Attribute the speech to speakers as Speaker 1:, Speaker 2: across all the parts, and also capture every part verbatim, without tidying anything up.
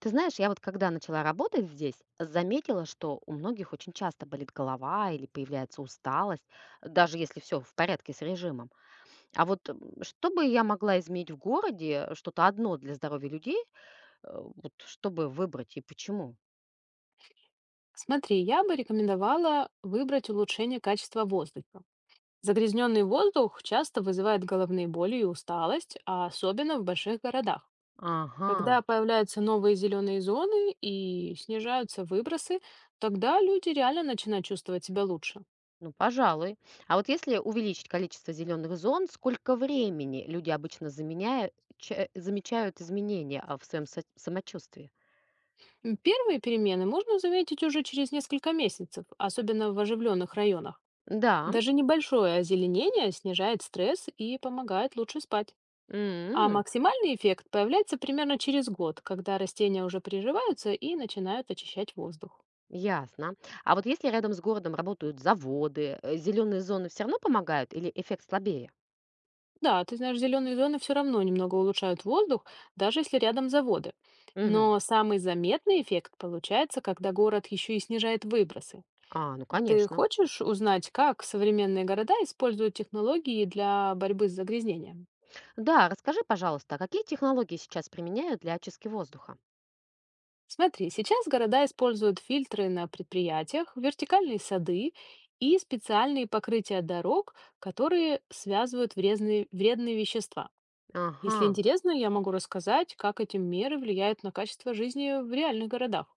Speaker 1: Ты знаешь, я вот когда начала работать здесь, заметила, что у многих очень часто болит голова или появляется усталость, даже если все в порядке с режимом. А вот м, что бы я могла изменить в городе, что-то одно для здоровья людей, э, вот чтобы выбрать и почему?
Speaker 2: Смотри, я бы рекомендовала выбрать улучшение качества воздуха. Загрязненный воздух часто вызывает головные боли и усталость, а особенно в больших городах.
Speaker 1: Ага,
Speaker 2: Когда появляются новые зеленые зоны и снижаются выбросы, тогда люди реально начинают чувствовать себя лучше.
Speaker 1: ну, пожалуй. А вот если увеличить количество зеленых зон, сколько времени люди обычно заменяя- ча- замечают изменения а, в своем самочувствии?
Speaker 2: М, Первые перемены можно заметить уже через несколько месяцев, особенно в оживленных районах.
Speaker 1: Да.
Speaker 2: Даже небольшое озеленение снижает стресс и помогает лучше спать. А
Speaker 1: м,
Speaker 2: максимальный эффект появляется примерно через год, когда растения уже приживаются и начинают очищать воздух.
Speaker 1: Ясно. А вот если рядом с городом работают заводы, зеленые зоны все равно помогают или эффект слабее?
Speaker 2: Да, ты знаешь, зеленые зоны все равно немного улучшают воздух, даже если рядом заводы.
Speaker 1: Мгм.
Speaker 2: Но самый заметный эффект получается, когда город еще и снижает выбросы.
Speaker 1: А, ну
Speaker 2: Ты
Speaker 1: конечно.
Speaker 2: хочешь узнать, как современные города используют технологии для борьбы с загрязнением?
Speaker 1: Да, расскажи, пожалуйста, а какие технологии сейчас применяют для очистки воздуха?
Speaker 2: Смотри, сейчас города используют фильтры на предприятиях, вертикальные сады и специальные покрытия дорог, которые связывают вредные, вредные вещества. Если
Speaker 1: Ага.
Speaker 2: интересно, я могу рассказать, как эти меры влияют на качество жизни в реальных городах.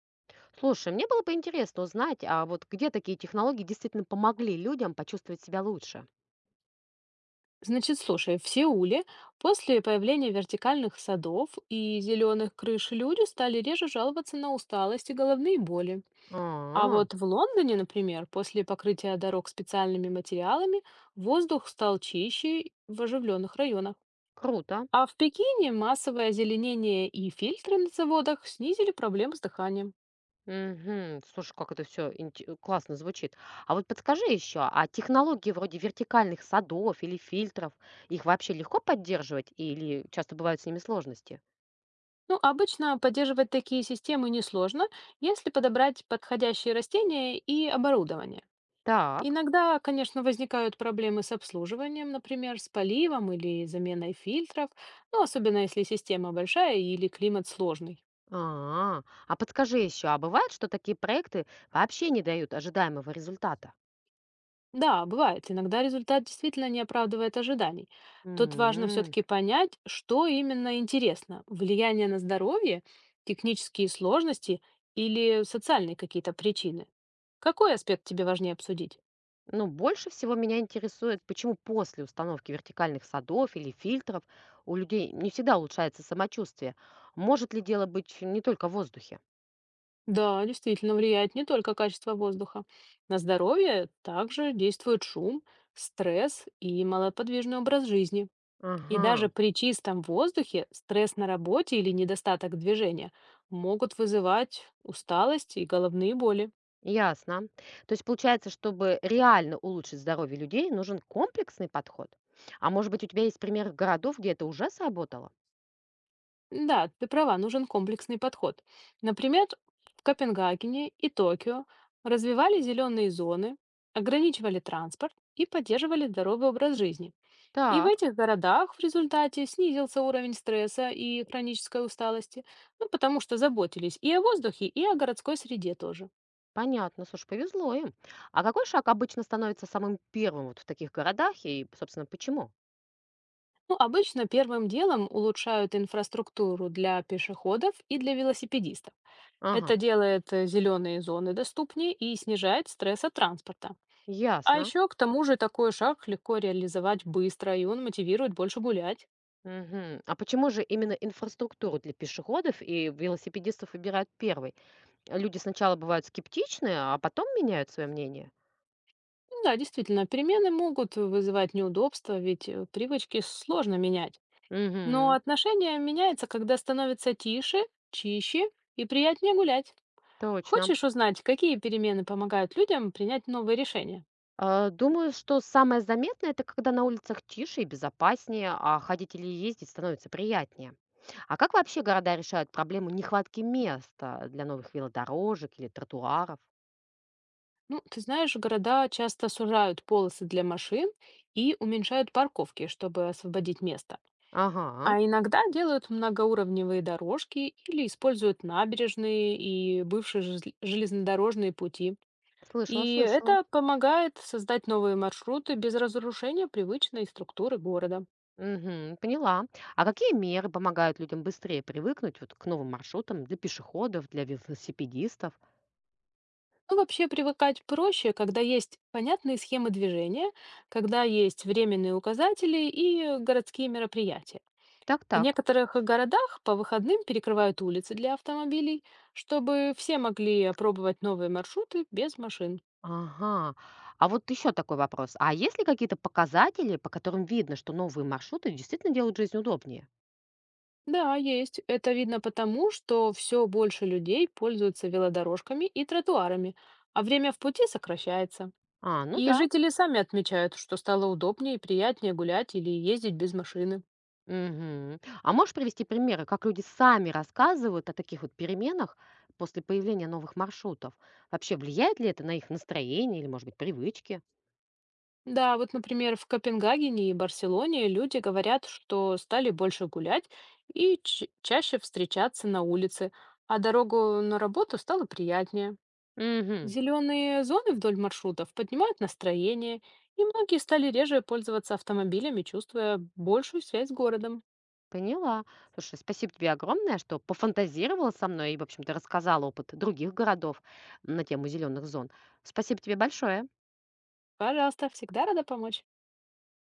Speaker 1: Слушай, мне было бы интересно узнать, а вот где такие технологии действительно помогли людям почувствовать себя лучше?
Speaker 2: Значит, слушай, в Сеуле после появления вертикальных садов и зеленых крыш люди стали реже жаловаться на усталость и головные боли. А
Speaker 1: А,
Speaker 2: вот в Лондоне, например, после покрытия дорог специальными материалами воздух стал чище в оживленных районах.
Speaker 1: круто.
Speaker 2: А в Пекине массовое озеленение и фильтры на заводах снизили проблемы с дыханием.
Speaker 1: Мгм. Слушай, как это все классно звучит. А вот подскажи еще, а технологии вроде вертикальных садов или фильтров, их вообще легко поддерживать или часто бывают с ними сложности?
Speaker 2: Ну, обычно поддерживать такие системы несложно, если подобрать подходящие растения и оборудование.
Speaker 1: Так.
Speaker 2: Иногда, конечно, возникают проблемы с обслуживанием, например, с поливом или заменой фильтров, ну, особенно если система большая или климат сложный.
Speaker 1: А, а подскажи еще, а бывает, что такие проекты вообще не дают ожидаемого результата?
Speaker 2: Да, бывает. Иногда результат действительно не оправдывает ожиданий. Тут важно
Speaker 1: М.
Speaker 2: все-таки понять, что именно интересно. Влияние на здоровье, технические сложности или социальные какие-то причины. Какой аспект тебе важнее обсудить?
Speaker 1: Ну, больше всего меня интересует, почему после установки вертикальных садов или фильтров у людей не всегда улучшается самочувствие. Может ли дело быть не только в воздухе?
Speaker 2: Да, действительно влияет не только качество воздуха. На здоровье также действует шум, стресс и малоподвижный образ жизни. И
Speaker 1: Ага.
Speaker 2: даже при чистом воздухе стресс на работе или недостаток движения могут вызывать усталость и головные боли.
Speaker 1: Ясно. То есть получается, чтобы реально улучшить здоровье людей, нужен комплексный подход. А может быть, у тебя есть примеры городов, где это уже сработало?
Speaker 2: Да, ты права, нужен комплексный подход. Например, в Копенгагене и Токио развивали зеленые зоны, ограничивали транспорт и поддерживали здоровый образ жизни. И в
Speaker 1: Так,
Speaker 2: этих городах в результате снизился уровень стресса и хронической усталости, ну, потому что заботились и о воздухе, и о городской среде тоже.
Speaker 1: понятно, слушай, повезло им. А какой шаг обычно становится самым первым вот в таких городах и, собственно, почему?
Speaker 2: Ну, обычно первым делом улучшают инфраструктуру для пешеходов и для велосипедистов.
Speaker 1: Ага,
Speaker 2: Это делает э, зеленые зоны доступнее и снижает стресс от транспорта. А
Speaker 1: ясно.
Speaker 2: еще, к тому же, такой шаг легко реализовать быстро, и он мотивирует больше гулять.
Speaker 1: Мгм. А почему же именно инфраструктуру для пешеходов и велосипедистов выбирают первой? Люди сначала бывают скептичны, а потом меняют свое мнение.
Speaker 2: Ну да, действительно, перемены могут вызывать неудобства, ведь э, привычки сложно менять. Но
Speaker 1: Угу,
Speaker 2: отношение меняется, когда становится тише, чище и приятнее гулять.
Speaker 1: точно.
Speaker 2: Хочешь узнать, какие перемены помогают людям принять новые решения?
Speaker 1: А, думаю, что самое заметное — это когда на улицах тише и безопаснее, а ходить или ездить становится приятнее. А как вообще города решают проблему нехватки места для новых велодорожек или тротуаров?
Speaker 2: Ну, ты знаешь, города часто сужают полосы для машин и уменьшают парковки, чтобы освободить место.
Speaker 1: Ага,
Speaker 2: А иногда делают многоуровневые дорожки или используют набережные и бывшие жез- железнодорожные пути.
Speaker 1: слышала,
Speaker 2: И
Speaker 1: слышала.
Speaker 2: это помогает создать новые маршруты без разрушения привычной структуры города.
Speaker 1: Мгм, поняла. А какие меры помогают людям быстрее привыкнуть вот к новым маршрутам для пешеходов, для велосипедистов?
Speaker 2: Ну, вообще привыкать проще, когда есть понятные схемы движения, когда есть временные указатели и городские мероприятия. В
Speaker 1: Так-так.
Speaker 2: некоторых городах по выходным перекрывают улицы для автомобилей, чтобы все могли опробовать новые маршруты без машин.
Speaker 1: Ага. А вот еще такой вопрос. А есть ли какие-то показатели, по которым видно, что новые маршруты действительно делают жизнь удобнее?
Speaker 2: Да, есть. Это видно потому, что все больше людей пользуются велодорожками и тротуарами, а время в пути сокращается.
Speaker 1: А, ну
Speaker 2: И
Speaker 1: да.
Speaker 2: жители сами отмечают, что стало удобнее и приятнее гулять или ездить без машины.
Speaker 1: Мгм. А можешь привести примеры, как люди сами рассказывают о таких вот переменах после появления новых маршрутов? Вообще, влияет ли это на их настроение или, может быть, привычки?
Speaker 2: Да, вот, например, в Копенгагене и Барселоне люди говорят, что стали больше гулять и ч- чаще встречаться на улице, а дорогу на работу стало приятнее.
Speaker 1: Угу.
Speaker 2: Зеленые зоны вдоль маршрутов поднимают настроение, и многие стали реже пользоваться автомобилями, чувствуя большую связь с городом.
Speaker 1: Поняла. Слушай, спасибо тебе огромное, что пофантазировала со мной и, в общем-то, рассказала опыт других городов на тему зеленых зон. Спасибо тебе большое.
Speaker 2: Пожалуйста, всегда рада помочь.